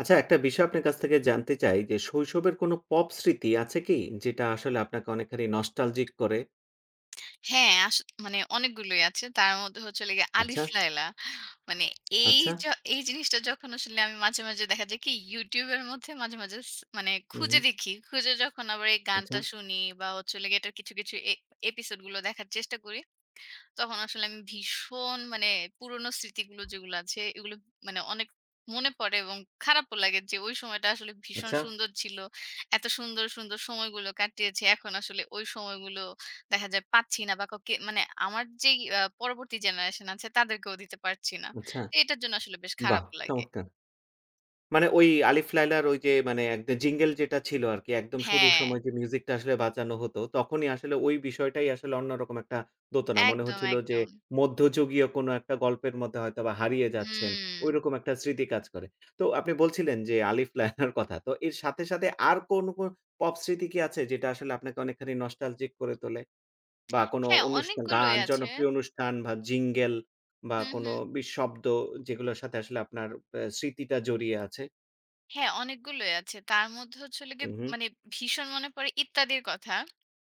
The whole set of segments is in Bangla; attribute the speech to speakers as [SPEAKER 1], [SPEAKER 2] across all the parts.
[SPEAKER 1] আচ্ছা, একটা বিষয় আপনার কাছ থেকে জানতে চাই যে, শৈশবের কোনো পপ স্মৃতি আছে কি? যেটা আসলে আপনাকে অনেকখানি নস্টালজিক করে?
[SPEAKER 2] হ্যাঁ, মানে অনেকগুলোই আছে। তার মধ্যে হচ্ছে হলো গিয়ে 'আলিফ
[SPEAKER 1] আচ্ছা।
[SPEAKER 2] লায়লা।' মানে এই
[SPEAKER 1] আচ্ছা।
[SPEAKER 2] য এই জিনিসটা যখন আসলে আমি মাঝে, মাঝে দেখা যায় কি YouTube এর মধ্যে মাঝে, মাঝে মানে
[SPEAKER 1] হুম,
[SPEAKER 2] খুঁজে
[SPEAKER 1] হুম,
[SPEAKER 2] দেখি। খুঁজে যখন আবার এই
[SPEAKER 1] আচ্ছা।
[SPEAKER 2] গানটা শুনি বা হচ্ছে হলো গিয়ে এটার কিছু, কিছু এপিসোড গুলো দেখার চেষ্টা করি। তখন আসলে আমি ভীষণ মানে পুরোনো স্মৃতিগুলো যেগুলো আছে এগুলো মানে অনেক মনে পড়ে এবং খারাপও লাগে যে ওই সময়টা আসলে ভীষণ
[SPEAKER 1] আচ্ছা।
[SPEAKER 2] সুন্দর ছিল। এত সুন্দর, সুন্দর সময়গুলো কাটিয়েছি। এখন আসলে ওই সময়গুলো দেখা যায় পাচ্ছি না বা কাউকে মানে আমার যেই পরবর্তী জেনারেশন আছে তাদেরকেও দিতে পারছি না।
[SPEAKER 1] আচ্ছা।
[SPEAKER 2] এটার জন্য আসলে বেশ
[SPEAKER 1] বাহ!
[SPEAKER 2] খারাপও লাগে।
[SPEAKER 1] চমৎকার। মানে ওই 'আলিফ লায়লা'র ওই যে মানে একদম জিঙ্গল যেটা ছিল আরকি একদম শুরুর
[SPEAKER 2] হ্যাঁ,
[SPEAKER 1] সময় যে মিউজিকটা আসলে বাজানো হতো, তখনই আসলে ওই বিষয়টাই আসলে অন্যরকম একটা দোতনা। মনে
[SPEAKER 2] একদম,
[SPEAKER 1] হচ্ছিল যে
[SPEAKER 2] একদম।
[SPEAKER 1] মধ্যযুগীয় কোনো একটা গল্পের মধ্যে হয়তোবা হারিয়ে যাচ্ছেন।
[SPEAKER 2] হুম।
[SPEAKER 1] ঐরকম একটা স্মৃতি কাজ করে। তো আপনি বলছিলেন যে 'আলিফ লায়লা'র কথা। তো এর সাথে, সাথে আর কোন পপ স্মৃতি কি আছে যেটা আসলে আপনাকে অনেকখানি নস্টালজিক করে তোলে? বা কোনো
[SPEAKER 2] হ্যাঁ,
[SPEAKER 1] অনুষ্ঠান
[SPEAKER 2] অনেকগুলোই
[SPEAKER 1] গান,
[SPEAKER 2] আছে।
[SPEAKER 1] জনপ্রিয় অনুষ্ঠান বা জিঙ্গল বা
[SPEAKER 2] হুম,
[SPEAKER 1] কোনো
[SPEAKER 2] হুম।
[SPEAKER 1] বি শব্দ যেগুলোর সাথে আসলে আপনার স্মৃতিটা জড়িয়ে আছে?
[SPEAKER 2] হ্যাঁ, অনেকগুলোই আছে। তার মধ্যে হচ্ছে হলো গিয়ে
[SPEAKER 1] হুম, হুম।
[SPEAKER 2] মানে ভীষণ মনে পড়ে 'ইত্যাদির' কথা।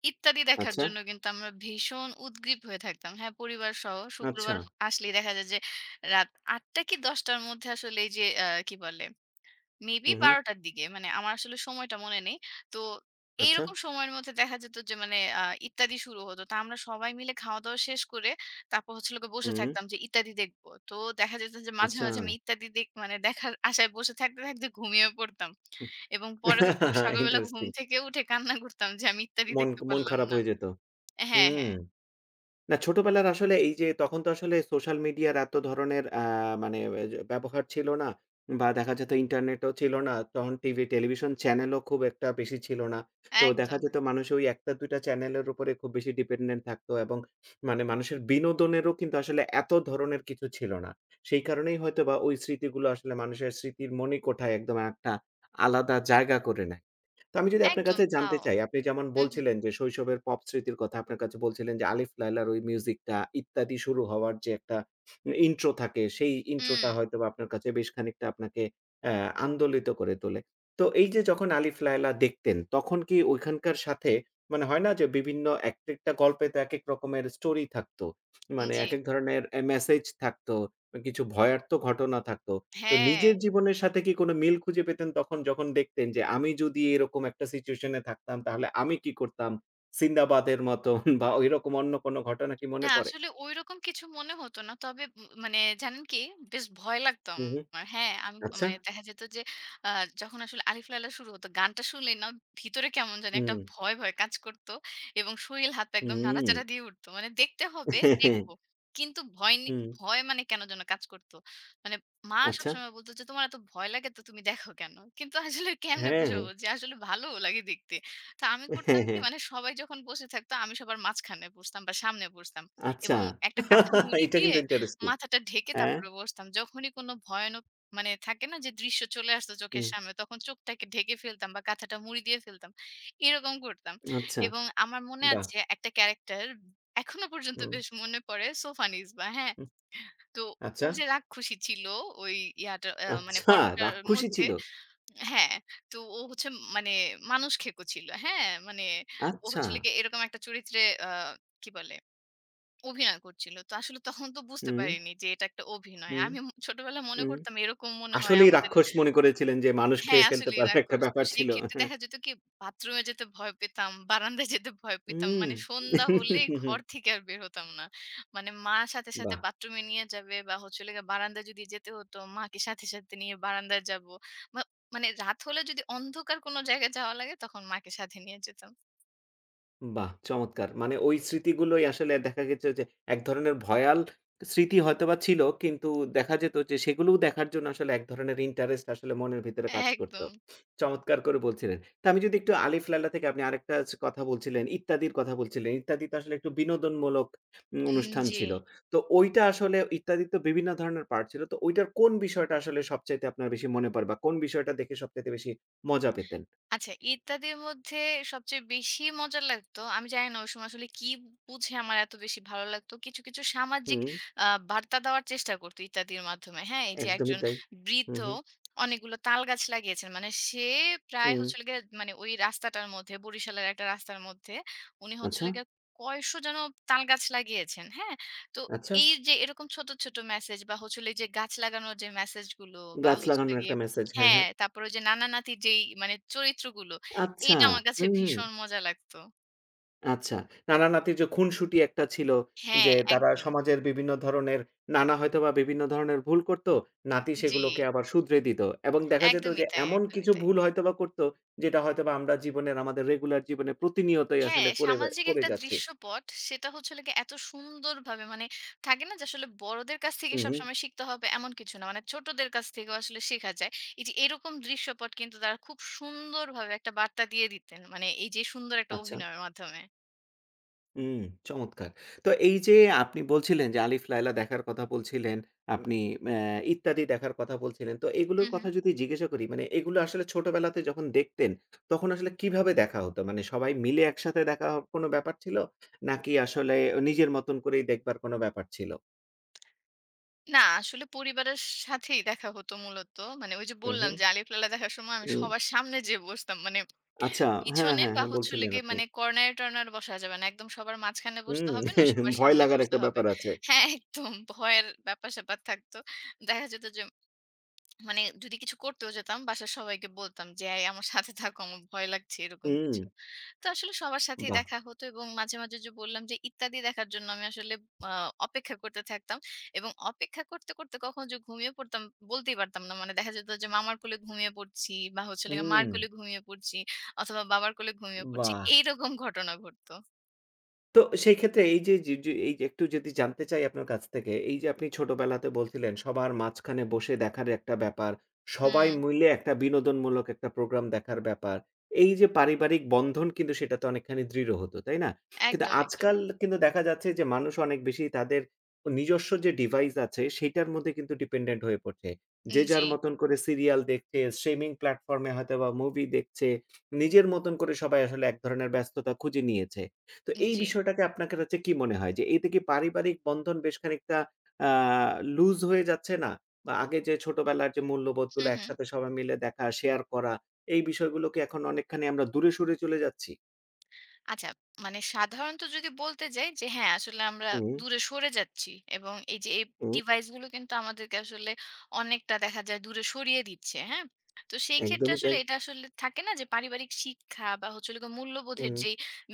[SPEAKER 2] 'ইত্যাদি' দেখার
[SPEAKER 1] আচ্ছা।
[SPEAKER 2] জন্য কিন্তু আমরা ভীষণ উদগ্রীব হয়ে থাকতাম। হ্যাঁ, পরিবারসহ
[SPEAKER 1] আচ্ছা।
[SPEAKER 2] শুক্রবার আসলেই দেখা যায় যে রাত ৮:০০ কি ১০:০০ র মধ্যে আসলে এই যে কি বলে মেবি
[SPEAKER 1] হুম, হুম।
[SPEAKER 2] ১২:০০ র দিকে। মানে আমার আসলে সময়টা মনে নেই। তো
[SPEAKER 1] আচ্ছা।
[SPEAKER 2] এইরকম সময়ের মধ্যে দেখা যেত যে মানে ইত্যাদি শুরু হতো। তা আমরা সবাই মিলে খাওয়া-দাওয়া শেষ করে তারপর হচ্ছে হলো গিয়ে বসে
[SPEAKER 1] হুম।
[SPEAKER 2] থাকতাম যে ইত্যাদি দেখব। তো দেখা যেত যে মাঝে,
[SPEAKER 1] আচ্ছা।
[SPEAKER 2] মাঝে আমি ইত্যাদি দেখার আশায় বসে থাকতে, থাকতে ঘুমিয়ে পড়তাম। এবং পরে হচ্ছে হলো সকালবেলা ঘুম
[SPEAKER 1] ইন্টারেস্টিং।
[SPEAKER 2] থেকে উঠে কান্না করতাম যে আমি ইত্যাদি
[SPEAKER 1] মন
[SPEAKER 2] দেখতে
[SPEAKER 1] মন
[SPEAKER 2] পারলাম
[SPEAKER 1] খারাপ
[SPEAKER 2] না।
[SPEAKER 1] হয়ে যেত।
[SPEAKER 2] হ্যাঁ,
[SPEAKER 1] হুম।
[SPEAKER 2] হ্যাঁ।
[SPEAKER 1] না ছোটবেলার আসলে এই যে তখন তো আসলে সোশ্যাল মিডিয়ার এত ধরনের মানে যে ব্যবহার ছিল না বা দেখা যেত ইন্টারনেটও ছিল না। তখন টিভি, টেলিভিশন চ্যানেলও খুব একটা বেশি ছিল না। তো দেখা
[SPEAKER 2] একদম,
[SPEAKER 1] যেত মানুষ ওই ১ টা ২ টা চ্যানেলের উপরে খুব বেশি ডিপেন্ডেন্ট থাকতো এবং মানে মানুষের বিনোদনেরও কিন্তু আসলে এত ধরনের কিছু ছিল না। সেই কারণেই হয়তোবা ওই স্মৃতিগুলো আসলে মানুষের স্মৃতির মণিকোঠায় একদম একটা আলাদা জায়গা করে নেয়। তো আমি যদি আপনার
[SPEAKER 2] একদম
[SPEAKER 1] কাছে জানতে
[SPEAKER 2] তাও।
[SPEAKER 1] চাই, আপনি যেমন
[SPEAKER 2] হু, হু।
[SPEAKER 1] বলছিলেন যে শৈশবের পপ স্মৃতির কথা আপনার কাছে বলছিলেন যে 'আলিফ লায়লার' ওই মিউজিকটা ইত্যাদি শুরু হওয়ার যে একটা ইন্ট্রো থাকে, সেই
[SPEAKER 2] হুম,
[SPEAKER 1] ইন্ট্রোটা হয়তোবা আপনার কাছে বেশ খানিকটা আপনাকে অ্যা আন্দোলিত করে তোলে। তো এই যে যখন 'আলিফ লায়লা' দেখতেন, তখন কি ওইখানকার সাথে মানে হয় না যে বিভিন্ন একেকটা গল্পে তো একেক রকমের স্টোরি থাকতো। মানে
[SPEAKER 2] জি।
[SPEAKER 1] একেক ধরনের মেসেজ থাকতো, কিছু ভয়ার্থ ঘটনা থাকতো। তো
[SPEAKER 2] হ্যাঁ।
[SPEAKER 1] নিজের জীবনের সাথে কি কোনো মিল খুঁজে পেতেন তখন যখন দেখতেন যে, আমি যদি এরকম একটা সিচুয়েশন এ থাকতাম তাহলে আমি কি করতাম? 'সিন্দাবাদের' মতন বা ঐরকম অন্য কোনো ঘটনা কি
[SPEAKER 2] না,
[SPEAKER 1] মনে পড়ে?
[SPEAKER 2] আসলে ঐরকম কিছু মনে হতো না। তবে মানে জানেন কি? বেশ ভয় লাগতো
[SPEAKER 1] হু, হু।
[SPEAKER 2] আমার। হ্যাঁ, আমি
[SPEAKER 1] আচ্ছা।
[SPEAKER 2] মানে দেখা যেত যে আ যখন আসলে 'আলিফ লায়লা' শুরু হতো, গানটা শুনলেই না ভিতরে কেমন জানি একটা
[SPEAKER 1] হুম,
[SPEAKER 2] ভয়, ভয় কাজ করত এবং শরীর হাত পা একদম
[SPEAKER 1] হুম,
[SPEAKER 2] নাড়াচাড়া দিয়ে উঠত। মানে দেখতে হবে, দেখব। কিন্তু
[SPEAKER 1] হুম।
[SPEAKER 2] ভয় মানে কেন যেন কাজ করত। মানে মা
[SPEAKER 1] আচ্ছা।
[SPEAKER 2] সবসময় বলত যে, "তোমার এত ভয় লাগে তো তুমি দেখো কেন?" কিন্তু আসলে কেমনে
[SPEAKER 1] হ্যাঁ, হ্যাঁ।
[SPEAKER 2] বুঝাবো যে আসলে ভালোও লাগে দেখতে। তো আমি করতাম
[SPEAKER 1] হ্যাঁ,
[SPEAKER 2] কি?
[SPEAKER 1] হ্যাঁ।
[SPEAKER 2] মানে সবাই যখন বসে থাকতো, আমি সবার মাঝখানে বসতাম বা সামনে বসতাম।
[SPEAKER 1] আচ্ছা।
[SPEAKER 2] এবং একটা কাঁচা মুড়ি
[SPEAKER 1] এটা
[SPEAKER 2] দিয়ে
[SPEAKER 1] কিন্তু ইন্টারেস্টিং।
[SPEAKER 2] মাথাটা ঢেকে
[SPEAKER 1] হ্যাঁ।
[SPEAKER 2] তারপরে বসতাম। যখনই কোনো ভয়ানক মানে থাকে না যে দৃশ্য চলে আসতো চোখের
[SPEAKER 1] হুম।
[SPEAKER 2] সামনে তখন চোখটাকে ঢেকে ফেলতাম বা কাঁথাটা মুড়ি দিয়ে ফেলতাম। এরকম করতাম।
[SPEAKER 1] আচ্ছা।
[SPEAKER 2] এবং আমার মনে
[SPEAKER 1] বাহ!
[SPEAKER 2] আছে একটা ক্যারাক্টার এখনো পর্যন্ত
[SPEAKER 1] হুম,
[SPEAKER 2] বেশ মনে পড়ে সোফান ইসবা, হ্যাঁ?
[SPEAKER 1] হুম,
[SPEAKER 2] তো ও
[SPEAKER 1] আচ্ছা।
[SPEAKER 2] যে রাক্ষসী ছিল ওই ইয়াটা মানে
[SPEAKER 1] আচ্ছা
[SPEAKER 2] পর্বটার
[SPEAKER 1] রাক্ষসী
[SPEAKER 2] মধ্যে
[SPEAKER 1] ছিল?
[SPEAKER 2] হ্যাঁ, তো ও হচ্ছে মানে মানুষ খেকো ছিল, হ্যাঁ? মানে ও
[SPEAKER 1] আচ্ছা।
[SPEAKER 2] হচ্ছিল গিয়ে এরকম একটা চরিত্রে আ কি বলে অভিনয় করছিল। তো আসলে তখন তো বুঝতে
[SPEAKER 1] হুম,
[SPEAKER 2] পারিনি যে এটা একটা অভিনয়।
[SPEAKER 1] হুম,
[SPEAKER 2] আমি ছোটবেলায় মনে
[SPEAKER 1] হুম।
[SPEAKER 2] করতাম এরকম মনে হয়
[SPEAKER 1] আসলেই
[SPEAKER 2] আমাদের
[SPEAKER 1] রাক্ষস মনে করেছিলেন যে মানুষ
[SPEAKER 2] হ্যাঁ,
[SPEAKER 1] খেয়ে ফেলতে
[SPEAKER 2] আসলেই
[SPEAKER 1] পারে একটা
[SPEAKER 2] রাক্ষস। তো
[SPEAKER 1] ব্যাপার
[SPEAKER 2] সেই
[SPEAKER 1] ছিল।
[SPEAKER 2] ক্ষেত্রে
[SPEAKER 1] হ্যাঁ।
[SPEAKER 2] দেখা যেত কি বাথরুমে যেতে ভয় পেতাম, বারান্দায় যেতে ভয় পেতাম।
[SPEAKER 1] হুম।
[SPEAKER 2] মানে সন্ধ্যা হলেই ঘর থেকে আর বের হতাম না। মানে মা সাথে, সাথে
[SPEAKER 1] বাহ!
[SPEAKER 2] বাথরুমে নিয়ে যাবে বা হচ্ছে হলো গিয়ে বারান্দায় যদি যেতে হতো মাকে সাথে, সাথে নিয়ে বারান্দায় যাব। মা মানে রাত হলে যদি অন্ধকার কোনো জায়গায় যাওয়া লাগে তখন মাকে সাথে নিয়ে যেতাম।
[SPEAKER 1] বাহ! চমৎকার। মানে ওই স্মৃতিগুলোই আসলে দেখা গেছে যে এক ধরনের ভয়াল স্মৃতি হয়তোবা ছিল। কিন্তু দেখা যেত যে সেগুলোও দেখার জন্য আসলে এক ধরনের ইন্টারেস্ট আসলে মনের ভিতরে কাজ করত।
[SPEAKER 2] একদম।
[SPEAKER 1] চমৎকার করে বলছিলেন। তো আমি যদি একটু 'আলিফ লায়লা' থেকে আপনি আরেকটা ছ কথা বলছিলেন, 'ইত্যাদি'র কথা বলছিলেন। 'ইত্যাদি' তো আসলে একটু বিনোদনমূলক
[SPEAKER 2] উম
[SPEAKER 1] অনুষ্ঠান
[SPEAKER 2] জি।
[SPEAKER 1] ছিল। তো ওইটা আসলে 'ইত্যাদি'র তো বিভিন্ন ধরনের পার্ট ছিল। তো ওইটার কোন বিষয়টা আসলে সবচাইতে আপনার বেশি মনে পড়ে বা কোন বিষয়টা দেখে সবচাইতে বেশি মজা পেতেন?
[SPEAKER 2] আচ্ছা, ইত্যাদির মধ্যে সবচেয়ে বেশি মজা লাগতো আমি জানি না ওই সময় আসলে কি বুঝে আমার এত বেশি ভালো লাগতো। কিছু, কিছু সামাজিক
[SPEAKER 1] হুম,
[SPEAKER 2] আ বার্তা দেওয়ার চেষ্টা করত ইত্যাদির মাধ্যমে। হ্যাঁ? এই যে
[SPEAKER 1] একদমই
[SPEAKER 2] একজন
[SPEAKER 1] তাই। হু,
[SPEAKER 2] বৃদ্ধ
[SPEAKER 1] হু।
[SPEAKER 2] অনেকগুলো তাল গাছ লাগিয়েছেন। মানে সে প্রায়
[SPEAKER 1] হুম।
[SPEAKER 2] হচ্ছে হলো গিয়ে মানে ওই রাস্তাটার মধ্যে বরিশালের একটা রাস্তার মধ্যে উনি হচ্ছে
[SPEAKER 1] আচ্ছা,
[SPEAKER 2] হলো গিয়ে কয়শো যেন তাল গাছ লাগিয়েছেন। হ্যাঁ? তো
[SPEAKER 1] আচ্ছা।
[SPEAKER 2] এই যে এরকম ছোট, ছোট মেসেজ বা হচ্ছে হলো এই যে গাছ লাগানোর যে মেসেজ গুলো বা
[SPEAKER 1] গাছ
[SPEAKER 2] হচ্ছে হলো
[SPEAKER 1] লাগানোর
[SPEAKER 2] গিয়ে
[SPEAKER 1] একটা মেসেজ। হ্যাঁ,
[SPEAKER 2] হ্যাঁ,
[SPEAKER 1] হ্যাঁ।
[SPEAKER 2] তারপরে ওই যে নানা-নাতির যেই মানে চরিত্রগুলো,
[SPEAKER 1] আচ্ছা।
[SPEAKER 2] এইটা আমার কাছে
[SPEAKER 1] হুম। হুম,
[SPEAKER 2] ভীষণ মজা লাগতো।
[SPEAKER 1] আচ্ছা। নানা-নাতির যে খুনসুটি একটা ছিল
[SPEAKER 2] হ্যাঁ,
[SPEAKER 1] যে তারা
[SPEAKER 2] একদম।
[SPEAKER 1] সমাজের বিভিন্ন ধরনের নানা হয়তোবা বিভিন্ন ধরনের ভুল করত। নাতি
[SPEAKER 2] জি,
[SPEAKER 1] সেগুলোকে আবার শুধরে দিত। এবং দেখা যেত
[SPEAKER 2] একদমই
[SPEAKER 1] যে
[SPEAKER 2] তাই,
[SPEAKER 1] এমন
[SPEAKER 2] একদমই
[SPEAKER 1] কিছু
[SPEAKER 2] তাই।
[SPEAKER 1] ভুল হয়তোবা করত যেটা হয়তোবা আমরা জীবনের আমাদের রেগুলার জীবনে প্রতিনিয়তই
[SPEAKER 2] হ্যাঁ,
[SPEAKER 1] আসলে করে বে
[SPEAKER 2] সামাজিক
[SPEAKER 1] করে
[SPEAKER 2] একটা
[SPEAKER 1] যাচ্ছি।
[SPEAKER 2] দৃশ্যপট সেটা হচ্ছে হলো গিয়ে এত সুন্দরভাবে মানে থাকে না যে আসলে বড়দের কাছ থেকে
[SPEAKER 1] হুম, হুম।
[SPEAKER 2] সবসময় শিখতে হবে এমন কিছু না। মানে ছোটদের কাছ থেকেও আসলে শেখা যায়। এই যে এরকম দৃশ্যপট কিন্তু তারা খুব সুন্দরভাবে একটা বার্তা দিয়ে দিতেন। মানে এই যে সুন্দর একটা
[SPEAKER 1] আচ্ছা।
[SPEAKER 2] অভিনয়ের মাধ্যমে।
[SPEAKER 1] হুম, চমৎকার। তো এই যে আপনি বলছিলেন যে 'আলিফ লায়লা' দেখার কথা বলছিলেন, হুম। আপনি অ্যা 'ইত্যাদি' দেখার কথা বলছিলেন। তো
[SPEAKER 2] হু,
[SPEAKER 1] এগুলোর
[SPEAKER 2] হু।
[SPEAKER 1] কথা যদি জিজ্ঞাসা করি মানে এগুলো আসলে ছোটবেলাতে যখন দেখতেন, তখন আসলে কিভাবে দেখা হতো? মানে সবাই মিলে একসাথে দেখা হ কোনো ব্যাপার ছিল? নাকি আসলে নিজের মতন করেই দেখবার কোনো ব্যাপার ছিল?
[SPEAKER 2] না, আসলে পরিবারের সাথেই দেখা হতো মূলত। মানে ওই যে
[SPEAKER 1] হুম,
[SPEAKER 2] বললাম
[SPEAKER 1] হুম,
[SPEAKER 2] যে, 'আলিফ লায়লা' দেখার সময় আমি
[SPEAKER 1] হুম।
[SPEAKER 2] সবার সামনে যেয়ে বসতাম। মানে
[SPEAKER 1] আচ্ছা, হ্যাঁ,
[SPEAKER 2] পিছনে
[SPEAKER 1] হ্যাঁ,
[SPEAKER 2] বা
[SPEAKER 1] হ্যাঁ,
[SPEAKER 2] হচ্ছে হলো
[SPEAKER 1] বলছিলেন
[SPEAKER 2] গিয়ে
[SPEAKER 1] আপনি।
[SPEAKER 2] মানে কর্নারে-টর্নারে বসা যাবে না। একদম সবার মাঝখানে বসতে
[SPEAKER 1] হুম,
[SPEAKER 2] হবে না, সবার
[SPEAKER 1] ভয়
[SPEAKER 2] সামনে
[SPEAKER 1] লাগার
[SPEAKER 2] বসতে
[SPEAKER 1] একটা
[SPEAKER 2] হবে।
[SPEAKER 1] ব্যাপার আছে।
[SPEAKER 2] হ্যাঁ, একদম ভয়ের ব্যাপার-স্যাপার থাকতো। দেখা যেত যে মানে যদি কিছু করতেও যেতাম, বাসার সবাইকে বলতাম যে, "এই আমার সাথে থাকো, আমার ভয় লাগছে," এরকম
[SPEAKER 1] হুম,
[SPEAKER 2] কিছু। তো আসলে সবার সাথেই
[SPEAKER 1] বাহ!
[SPEAKER 2] দেখা হতো এবং মাঝে, মাঝে যে বললাম যে, ইত্যাদি দেখার জন্য আমি আসলে আ অপেক্ষা করতে থাকতাম এবং অপেক্ষা করতে, করতে কখন যে ঘুমিয়ে পড়তাম বলতেই পারতাম না। মানে দেখা যেত যে মামার কোলে ঘুমিয়ে পড়ছি বা হচ্ছে হলো গিয়ে মার
[SPEAKER 1] হুম,
[SPEAKER 2] কোলে ঘুমিয়ে পড়ছি অথবা বাবার কোলে ঘুমিয়ে পড়ছি।
[SPEAKER 1] বাহ!
[SPEAKER 2] এইরকম ঘটনা ঘটতো।
[SPEAKER 1] তো সেই ক্ষেত্রে এই যে একটু যদি জানতে চাই আপনার কাছ থেকে, এই যে আপনি ছোটবেলাতে বলছিলেন সবার মাঝখানে বসে দেখার একটা ব্যাপার, সবাই
[SPEAKER 2] হুম,
[SPEAKER 1] মিলে একটা বিনোদনমূলক একটা প্রোগ্রাম দেখার ব্যাপার। এই যে পারিবারিক বন্ধন কিন্তু সেটাতে অনেকখানি দৃঢ় হতো, তাই না? কিন্তু
[SPEAKER 2] একদম, একদম।
[SPEAKER 1] আজকাল কিন্তু দেখা যাচ্ছে যে মানুষ অনেক বেশি তাদের নিজস্ব যে ডিভাইস আছে সেটার মধ্যে কিন্তু ডিপেন্ডেন্ট হয়ে পড়ছে। যে
[SPEAKER 2] জি,
[SPEAKER 1] যার মতন করে সিরিয়াল দেখছে, স্ট্রিমিং প্ল্যাটফর্ম এ হয়তোবা মুভি দেখছে। নিজের মতন করে সবাই আসলে এক ধরনের ব্যস্ততা খুঁজে নিয়েছে। তো এই
[SPEAKER 2] জি।
[SPEAKER 1] বিষয়টাকে আপনাকে কাছে কি মনে হয় যে এতে কি পারিবারিক বন্ধন বেশ খানিকটা আ লুজ হয়ে যাচ্ছে না? বা আগে যে ছোটবেলার যে
[SPEAKER 2] হু,
[SPEAKER 1] মূল্যবোধগুলো
[SPEAKER 2] হু।
[SPEAKER 1] একসাথে সবাই মিলে দেখা, শেয়ার করা এই বিষয়গুলো কি এখন অনেকখানি আমরা দূরে সরে চলে যাচ্ছি?
[SPEAKER 2] আচ্ছা, মানে সাধারণত যদি বলতে যাই যে হ্যাঁ, আসলে আমরা
[SPEAKER 1] হুম,
[SPEAKER 2] দূরে সরে যাচ্ছি এবং এই যে এই
[SPEAKER 1] হুম,
[SPEAKER 2] ডিভাইসগুলো কিন্তু আমাদেরকে আসলে অনেকটা দেখা যায় দূরে সরিয়ে দিচ্ছে, হ্যাঁ? তো সেই ক্ষেত্রে
[SPEAKER 1] একদমই
[SPEAKER 2] আসলে
[SPEAKER 1] তাই।
[SPEAKER 2] এটা আসলে থাকে না যে পারিবারিক শিক্ষা বা হচ্ছে হলো গিয়ে মূল্যবোধের
[SPEAKER 1] হুম,
[SPEAKER 2] যে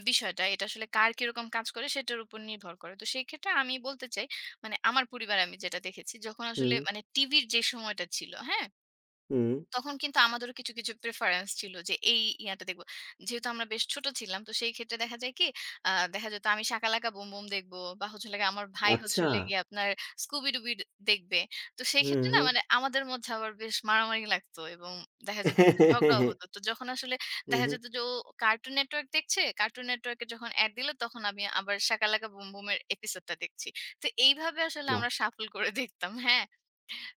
[SPEAKER 2] বিষয়টা, এটা আসলে কার কিরকম কাজ করে সেটার উপর নির্ভর করে। তো সেই ক্ষেত্রে আমি বলতে চাই মানে আমার পরিবারে আমি যেটা দেখেছি যখন আসলে
[SPEAKER 1] হুম,
[SPEAKER 2] মানে টিভির যে সময়টা ছিল, হ্যাঁ?
[SPEAKER 1] হুম।
[SPEAKER 2] তখন কিন্তু আমাদেরও কিছু, কিছু প্রেফারেন্স ছিল যে এই ইয়াটা দেখব। যেহেতু আমরা বেশ ছোট ছিলাম তো সেই ক্ষেত্রে দেখা যায় কি? দেখা যেত আমি "শাকালাকা বুম বুম" দেখব বা হচ্ছে হলো গিয়ে আমার ভাই হচ্ছে
[SPEAKER 1] আচ্ছা।
[SPEAKER 2] হলো গিয়ে আপনার "স্কুবি ডুবি" দেখবে। তো সেই
[SPEAKER 1] হুম,
[SPEAKER 2] ক্ষেত্রে না
[SPEAKER 1] হুম।
[SPEAKER 2] মানে আমাদের মধ্যে আবার বেশ মারামারি লাগতো এবং দেখা যেত যে ঝগড়াও হতো। তো যখন আসলে
[SPEAKER 1] হুম,
[SPEAKER 2] দেখা
[SPEAKER 1] হুম।
[SPEAKER 2] যেত যে ও কার্টুন নেটওয়ার্ক দেখছে, কার্টুন নেটওয়ার্কে যখন এড দিল তখন আমি আবার "শাকালাকা বুম বুম" এর এপিসোডটা দেখছি। তো এইভাবে আসলে
[SPEAKER 1] বাহ!
[SPEAKER 2] আমরা শাফল করে দেখতাম। হ্যাঁ?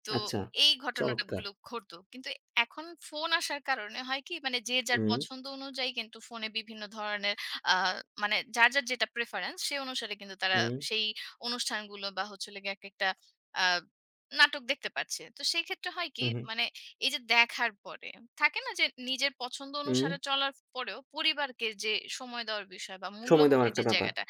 [SPEAKER 2] তো
[SPEAKER 1] আচ্ছা।
[SPEAKER 2] এই ঘটনাটা
[SPEAKER 1] চমৎকার।
[SPEAKER 2] গুলো ঘটতো। কিন্তু এখন ফোন আসার কারণে হয় কি মানে যে যার
[SPEAKER 1] হুম,
[SPEAKER 2] পছন্দ অনুযায়ী কিন্তু ফোনে বিভিন্ন ধরনের আ মানে যার, যার যেটা প্রেফারেন্স সে অনুসারে কিন্তু তারা
[SPEAKER 1] হুম,
[SPEAKER 2] সেই অনুষ্ঠানগুলো বা হচ্ছে হলো গিয়ে একেকটা আ নাটক দেখতে পাচ্ছে। তো সেই ক্ষেত্রে হয় কি
[SPEAKER 1] হুম, হুম,
[SPEAKER 2] মানে এই যে দেখার পরে থাকে না যে নিজের পছন্দ
[SPEAKER 1] হুম।
[SPEAKER 2] অনুসারে চলার পরেও পরিবারকে যে সময় দেওয়ার বিষয় বা
[SPEAKER 1] সময় দেওয়ার
[SPEAKER 2] মূল্যবোধের যে
[SPEAKER 1] একটা ব্যাপার।
[SPEAKER 2] জায়গাটা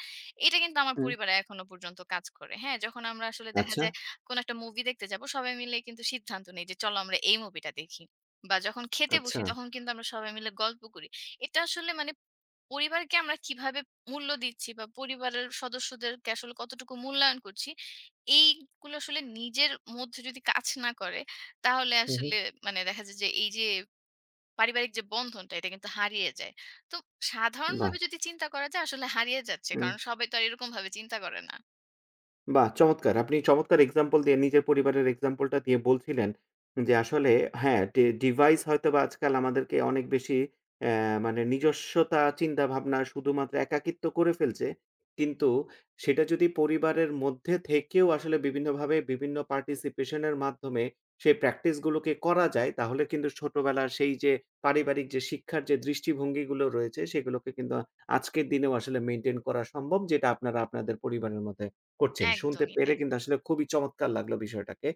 [SPEAKER 2] এটা কিন্তু আমার
[SPEAKER 1] হুম।
[SPEAKER 2] পরিবারে এখনো পর্যন্ত কাজ করে। হ্যাঁ? যখন আমরা আসলে দেখা
[SPEAKER 1] আচ্ছা,
[SPEAKER 2] যায় কোনো একটা মুভি দেখতে যাবো, সবাই মিলে কিন্তু সিদ্ধান্ত নেই যে, "চলো আমরা এই মুভিটা দেখি।" বা যখন খেতে বসি,
[SPEAKER 1] আচ্ছা।
[SPEAKER 2] তখন কিন্তু আমরা সবাই মিলে গল্প করি। এটা আসলে মানে পরিবারকে আমরা কিভাবে মূল্য দিচ্ছি বা পরিবারের সদস্যদেরকে আসলে কতটুকু মূল্যায়ন করছি, এইগুলো আসলে নিজের মধ্যে যদি কাজ না করে, তাহলে
[SPEAKER 1] হুম, হুম।
[SPEAKER 2] আসলে মানে দেখা যায় যে, এই যে পারিবারিক যে বন্ধনটা, এটা কিন্তু হারিয়ে যায়। তো
[SPEAKER 1] বাহ!
[SPEAKER 2] সাধারণভাবে যদি চিন্তা করা যায়, আসলে হারিয়ে যাচ্ছে।
[SPEAKER 1] হুম।
[SPEAKER 2] কারণ সবাই তো আর এরকমভাবে চিন্তা করে না।
[SPEAKER 1] বাহ! চমৎকার। আপনি চমৎকার এক্সাম্পল দিয়ে নিজের পরিবারের এক্সাম্পলটা দিয়ে বলছিলেন যে আসলে হ্যাঁ, ডি ডিভাইস হয়তোবা আজকাল আমাদেরকে অনেক বেশি অ্যা মানে নিজস্বতা চিন্তাভাবনা শুধুমাত্র একাকিত্ব করে ফেলছে। কিন্তু সেটা যদি পরিবারের মধ্যে থেকেও আসলে বিভিন্নভাবে বিভিন্ন পার্টিসিপেশন এর মাধ্যমে সেই প্র্যাকটিস গুলোকে করা যায় তাহলে কিন্তু ছোটবেলার সেই যে পারিবারিক যে শিক্ষার যে দৃষ্টিভঙ্গিগুলো রয়েছে সেগুলোকে কিন্তু আজকের দিনেও আসলে মেইনটেইন করা সম্ভব যেটা আপনারা আপনাদের পরিবারের মধ্যে করছেন। শুনতে
[SPEAKER 2] একদমই
[SPEAKER 1] পেরে
[SPEAKER 2] তাই।
[SPEAKER 1] কিন্তু আসলে খুবই চমৎকার লাগলো বিষয়টাকে।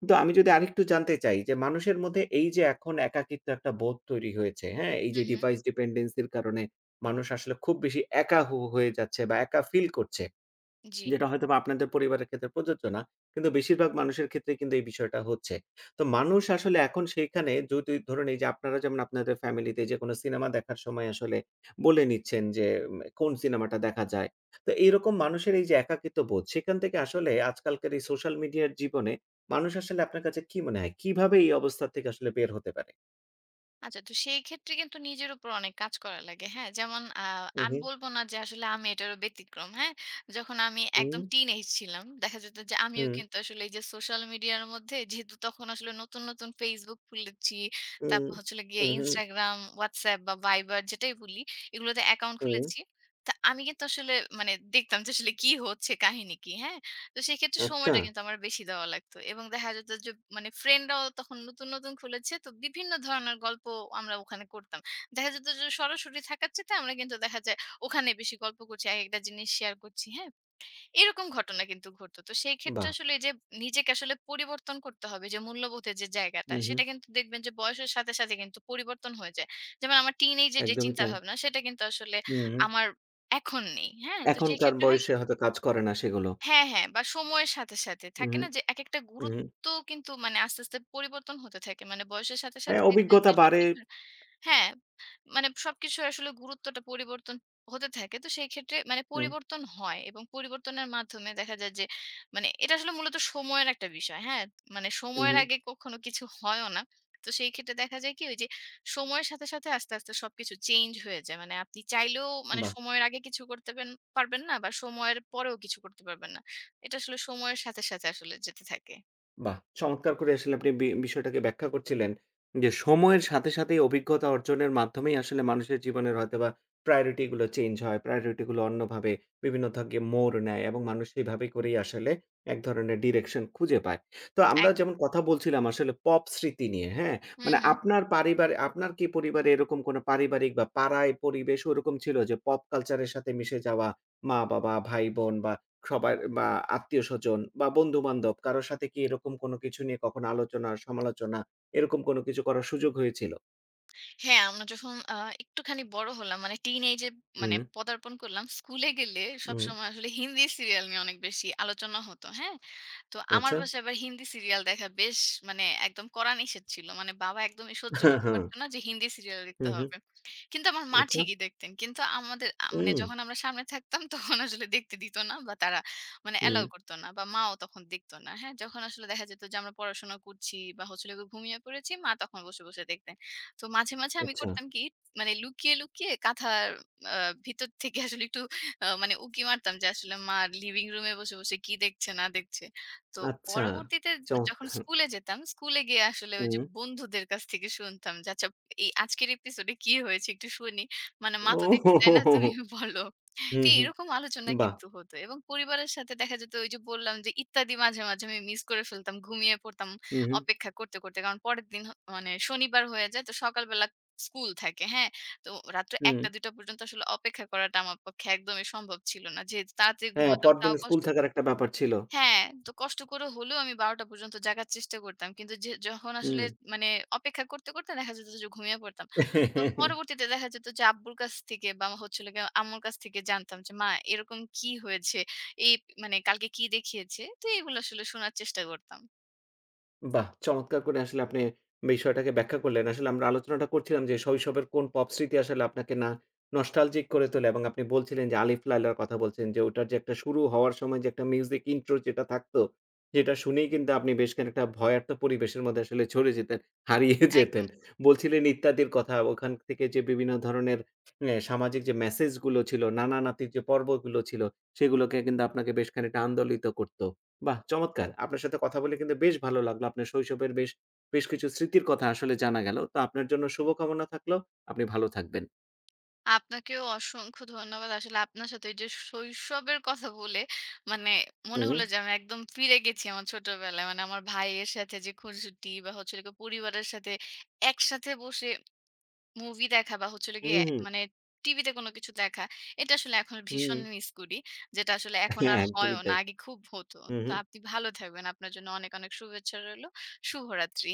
[SPEAKER 1] কিন্তু আমি যদি আরেকটু জানতে চাই যে মানুষের মধ্যে এই যে এখন একাকিত্ব একটা বোধ তৈরি হয়েছে, হ্যাঁ? এই
[SPEAKER 2] হু,
[SPEAKER 1] যে
[SPEAKER 2] হু।
[SPEAKER 1] ডিভাইস ডিপেন্ডেন্সি র কারণে মানুষ আসলে খুব বেশি একা হ হয়ে যাচ্ছে বা একা ফিল করছে।
[SPEAKER 2] জি।
[SPEAKER 1] যেটা হয়তোবা আপনাদের পরিবারের ক্ষেত্রে প্রযোজ্য না। কিন্তু বেশিরভাগ মানুষের ক্ষেত্রেই কিন্তু এই বিষয়টা হচ্ছে। তো মানুষ আসলে এখন সেইখানে যদি ধরুন এই যে আপনারা যেমন আপনাদের ফ্যামিলিতে যেকোনো সিনেমা দেখার সময় আসলে বলে নিচ্ছেন যে কোন সিনেমাটা দেখা যায়। তো এইরকম মানুষের এই যে একাকিত্ব বোধ সেখান থেকে আসলে আজকালকার এই সোশ্যাল মিডিয়ার জীবনে মানুষ আসলে আপনার কাছে কি মনে হয়? কিভাবে এই অবস্থা থেকে আসলে বের হতে পারে?
[SPEAKER 2] আচ্ছা, তো সেই ক্ষেত্রে কিন্তু নিজের উপর অনেক কাজ করা লাগে। হ্যাঁ? যেমন
[SPEAKER 1] হু,
[SPEAKER 2] আমি
[SPEAKER 1] হু,
[SPEAKER 2] বলব না যে আসলে আমি এটারও ব্যতিক্রম। হ্যাঁ? যখন আমি
[SPEAKER 1] হুম,
[SPEAKER 2] একদম টিনএজ ছিলাম, দেখা যেত যে আমিও
[SPEAKER 1] হুম,
[SPEAKER 2] কিন্তু আসলে এই যে সোশ্যাল মিডিয়ার মধ্যে যেহেতু তখন আসলে নতুন, নতুন Facebook খুলেছি,
[SPEAKER 1] হুম,
[SPEAKER 2] তারপর হচ্ছে হলো গিয়ে
[SPEAKER 1] হুম, হুম,
[SPEAKER 2] Instagram, WhatsApp বা Viber যেটাই বলি, এগুলোতে অ্যাকাউন্ট
[SPEAKER 1] হুম।
[SPEAKER 2] খুলেছি। তা আমি কিন্তু আসলে মানে দেখতাম যে আসলে কি হচ্ছে, কাহিনী কি? হ্যাঁ? তো সেক্ষেত্রে
[SPEAKER 1] আচ্ছা,
[SPEAKER 2] সময়টা কিন্তু আমার বেশি দেওয়া লাগতো। এবং দেখা যেত যে মানে ফ্রেন্ডরাও তখন নতুন, নতুন খুলেছে। তো বিভিন্ন ধরনের গল্প আমরা ওখানে করতাম। দেখা যেত যে সরাসরি থাকার চাইতে আমরা কিন্তু দেখা যায় ওখানে বেশি গল্প করছি, একেকটা জিনিস শেয়ার করছি, হ্যাঁ? এরকম ঘটনা কিন্তু ঘটতো। তো সেই ক্ষেত্রে
[SPEAKER 1] বাহ!
[SPEAKER 2] আসলে এই যে নিজেকে আসলে পরিবর্তন করতে হবে যে মূল্যবোধের যে জায়গাটা,
[SPEAKER 1] হু, হু,
[SPEAKER 2] সেটা কিন্তু দেখবেন যে বয়সের সাথে, সাথে কিন্তু পরিবর্তন হয়ে যায়। যেমন আমার টিনেজ এর যে
[SPEAKER 1] একদমই তাই।
[SPEAKER 2] চিন্তাভাবনা সেটা কিন্তু আসলে
[SPEAKER 1] হু, হু।
[SPEAKER 2] আমার এখন নেই, হ্যাঁ? তো সেই
[SPEAKER 1] এখনকার
[SPEAKER 2] ক্ষেত্রে হয় কি
[SPEAKER 1] বয়সে হয়তো কাজ করে না সেগুলো।
[SPEAKER 2] হ্যাঁ, হ্যাঁ বা সময়ের সাথে, সাথে থাকে
[SPEAKER 1] উহু,
[SPEAKER 2] না যে একেকটা
[SPEAKER 1] উহু।
[SPEAKER 2] গুরুত্ব কিন্তু মানে আস্তে, আস্তে পরিবর্তন হতে থাকে। মানে বয়সের সাথে, সাথে
[SPEAKER 1] হ্যাঁ,
[SPEAKER 2] দেখবেন
[SPEAKER 1] অভিজ্ঞতা
[SPEAKER 2] যে
[SPEAKER 1] বাড়ে।
[SPEAKER 2] সবকিছুর হ্যাঁ, মানে সবকিছুর আসলে গুরুত্বটা পরিবর্তন হতে থাকে। তো সেই ক্ষেত্রে মানে
[SPEAKER 1] হুম।
[SPEAKER 2] পরিবর্তন হয় এবং পরিবর্তনের মাধ্যমে দেখা যায় যে মানে এটা আসলে মূলত সময়ের একটা বিষয়। হ্যাঁ? মানে সময়ের
[SPEAKER 1] উহু।
[SPEAKER 2] আগে কখনো কিছু হয়ও না। তো সেই ক্ষেত্রে দেখা যায় কি ওই যে সময়ের সাথে, সাথে আস্তে, আস্তে সবকিছু চেঞ্জ হয়ে যায়। মানে আপনি চাইলেও মানে
[SPEAKER 1] বাহ!
[SPEAKER 2] সময়ের আগে কিছু করতে পারবেন না বা সময়ের পরেও কিছু করতে পারবেন না। এটা আসলে সময়ের সাথে, সাথে আসলে যেতে থাকে।
[SPEAKER 1] বাহ! চমৎকার করে আসলে আপনি বি বিষয়টাকে ব্যাখ্যা করছিলেন। যে সময়ের সাথে সাথেই অভিজ্ঞতা অর্জনের মাধ্যমেই আসলে মানুষের জীবনের হয়তোবা প্রায়োরিটি গুলো চেঞ্জ হয়। প্রায়োরিটি গুলো অন্যভাবে বিভিন্ন থাকে মোড় নেয় এবং মানুষ সেভাবে করেই আসলে এক ধরনের ডিরেকশন খুঁজে পায়। তো আমরা
[SPEAKER 2] একদম।
[SPEAKER 1] যেমন কথা বলছিলাম আসলে পপ স্মৃতি নিয়ে, হ্যাঁ?
[SPEAKER 2] হু,
[SPEAKER 1] মানে
[SPEAKER 2] হু।
[SPEAKER 1] আপনার পারিবার আপনার কি পরিবারে এরকম কোনো পারিবারিক বা পাড়ায় পরিবেশ ওরকম ছিল যে পপ কালচার এর সাথে মিশে যাওয়া মা-বাবা, ভাই-বোন বা সবার বা আত্মীয়স্বজন বা বন্ধু-বান্ধব কারো সাথে কি এরকম কোনো কিছু নিয়ে কখনো আলোচনা, সমালোচনা এরকম কোনো কিছু করার সুযোগ হয়েছিল?
[SPEAKER 2] হ্যাঁ, আমরা যখন একটুখানি বড় হলাম মানে টিনেজে মানে
[SPEAKER 1] হুম।
[SPEAKER 2] পদার্পণ করলাম, স্কুলে গেলে
[SPEAKER 1] হুম,
[SPEAKER 2] সবসময় আসলে হিন্দি সিরিয়াল নিয়ে অনেক বেশি আলোচনা হতো। হ্যাঁ? তো আমার
[SPEAKER 1] আচ্ছা।
[SPEAKER 2] বাসায় আবার হিন্দি সিরিয়াল দেখা বেশ মানে একদম কড়া নিষেধ ছিল। মানে বাবা একদমই সহ্য
[SPEAKER 1] হ্যাঁ
[SPEAKER 2] করতে
[SPEAKER 1] হ্যাঁ
[SPEAKER 2] পারত না যে হিন্দি সিরিয়াল দেখতে
[SPEAKER 1] হুম, হুম,
[SPEAKER 2] হবে। কিন্তু আমার মা
[SPEAKER 1] আচ্ছা।
[SPEAKER 2] ঠিকই দেখতেন। কিন্তু আমাদের মানে
[SPEAKER 1] হুম,
[SPEAKER 2] যখন আমরা সামনে থাকতাম তখন আসলে দেখতে দিত না বা তারা মানে
[SPEAKER 1] হুম,
[SPEAKER 2] অ্যালাও করত না বা মাও তখন দেখত না। হ্যাঁ? যখন আসলে দেখা যেত যে আমরা পড়াশোনা করছি বা হচ্ছে হলো গিয়ে ঘুমিয়ে পড়েছি, মা তখন বসে, বসে দেখতেন। তো মাঝে, মাঝে আমি
[SPEAKER 1] আচ্ছা,
[SPEAKER 2] করতাম কি মানে লুকিয়ে, লুকিয়ে কাঁথার আ ভিতর থেকে আসলে একটু মানে উঁকি মারতাম যে আসলে মা লিভিং রুমে বসে, বসে কি দেখছে না দেখছে। তো
[SPEAKER 1] আচ্ছা।
[SPEAKER 2] পরবর্তীতে যখন
[SPEAKER 1] চমৎকার!
[SPEAKER 2] স্কুলে যেতাম, স্কুলে গিয়ে আসলে ওই যে
[SPEAKER 1] হুম।
[SPEAKER 2] বন্ধুদের কাছ থেকে শুনতাম যে, "আচ্ছা এই আজকের এপিসোডে কি হয়েছে একটু শুনি। মানে মা তো দেখতে চায় না তুমি
[SPEAKER 1] ওহোহোহো!
[SPEAKER 2] বলো।" তো
[SPEAKER 1] হুম, হুম,
[SPEAKER 2] এরকম আলোচনা
[SPEAKER 1] বাহ!
[SPEAKER 2] কিন্তু হতো এবং পরিবারের সাথে দেখা যেত ওই যে বললাম যে ইত্যাদি মাঝে, মাঝে আমি মিস করে ফেলতাম। ঘুমিয়ে পড়তাম
[SPEAKER 1] হুম, হুম,
[SPEAKER 2] অপেক্ষা করতে, করতে। কারণ পরের দিন মানে শনিবার হয়ে যায় তো সকালবেলা স্কুল থাকে, হ্যাঁ? তো রাত্র
[SPEAKER 1] হুম।
[SPEAKER 2] ১:০০-২:০০ পর্যন্ত আসলে অপেক্ষা করাটা আমার পক্ষে একদমই সম্ভব ছিল না। যেহেতু তাড়াতাড়ি
[SPEAKER 1] হ্যাঁ,
[SPEAKER 2] ঘুমাতাম
[SPEAKER 1] পরদিন
[SPEAKER 2] তাও
[SPEAKER 1] স্কুল
[SPEAKER 2] কষ্ট
[SPEAKER 1] থাকার একটা ব্যাপার ছিল।
[SPEAKER 2] হ্যাঁ, তো কষ্ট করে হলেও আমি ১২টা পর্যন্ত জাগার চেষ্টা করতাম। কিন্তু যে যখন আসলে মানে অপেক্ষা করতে, করতে দেখা যেত যে ঘুমিয়ে পড়তাম। তো
[SPEAKER 1] হুম।
[SPEAKER 2] পরবর্তীতে দেখা যেত যে আব্বুর কাছ থেকে বা হচ্ছে হলো গিয়ে আম্মুর কাছ থেকে জানতাম যে, "মা এরকম কি হয়েছে? এই মানে কালকে কি দেখিয়েছে?" তো এগুলো আসলে শোনার চেষ্টা করতাম।
[SPEAKER 1] বাহ! চমৎকার করে আসলে আপনি বিষয়টাকে ব্যাখ্যা করলেন। আসলে আমরা আলোচনাটা করছিলাম যে শৈশবের কোন পপ স্মৃতি আসলে আপনাকে না নস্টালজিক করে তোলে এবং আপনি বলছিলেন যে 'আলিফ লায়লার' কথা বলছেন যে ওটার যে একটা শুরু হওয়ার সময় যে একটা মিউজিক ইন্ট্রো যেটা থাকতো, যেটা শুনেই কিন্তু আপনি বেশ খানিকটা ভয়ার্ত পরিবেশের মধ্যে আসলে চলে যেতেন, হারিয়ে যেতেন।
[SPEAKER 2] একদম।
[SPEAKER 1] বলছিলেন ইত্যাদির কথা, ওখান থেকে যে বিভিন্ন ধরনের সামাজিক যে মেসেজগুলো ছিল, নানা-নাতির যে পর্বগুলো ছিল, সেগুলোকে কিন্তু আপনাকে বেশ খানিকটা আন্দোলিত করত। বাহ! চমৎকার। আপনার সাথে কথা বলে কিন্তু বেশ ভালো লাগলো। আপনার শৈশবের বেশ, বেশ কিছু স্মৃতির কথা আসলে জানা গেল। তো আপনার জন্য শুভকামনা থাকলো। আপনি ভালো থাকবেন।
[SPEAKER 2] আপনাকেও অসংখ্য ধন্যবাদ। আসলে আপনার সাথে এই যে শৈশবের কথা বলে মানে মনে
[SPEAKER 1] হুম,
[SPEAKER 2] হলো যে আমি একদম ফিরে গেছি আমার ছোটবেলায়। মানে আমার ভাইয়ের সাথে যে খুনসুটি বা হচ্ছে হলো গিয়ে পরিবারের সাথে একসাথে বসে মুভি দেখা বা হচ্ছে হলো গিয়ে
[SPEAKER 1] হুম, হুম,
[SPEAKER 2] মানে টিভিতে কোনো কিছু দেখা। এটা আসলে এখন
[SPEAKER 1] হুম।
[SPEAKER 2] ভীষণ মিস করি। যেটা আসলে এখন
[SPEAKER 1] হ্যাঁ,
[SPEAKER 2] আর
[SPEAKER 1] একদমই
[SPEAKER 2] হয়ও না।
[SPEAKER 1] তাই।
[SPEAKER 2] আগে খুব হতো।
[SPEAKER 1] হু,
[SPEAKER 2] তো
[SPEAKER 1] হু।
[SPEAKER 2] আপনি ভালো থাকবেন। আপনার জন্য অনেক, অনেক শুভেচ্ছা রইলো। শুভরাত্রি।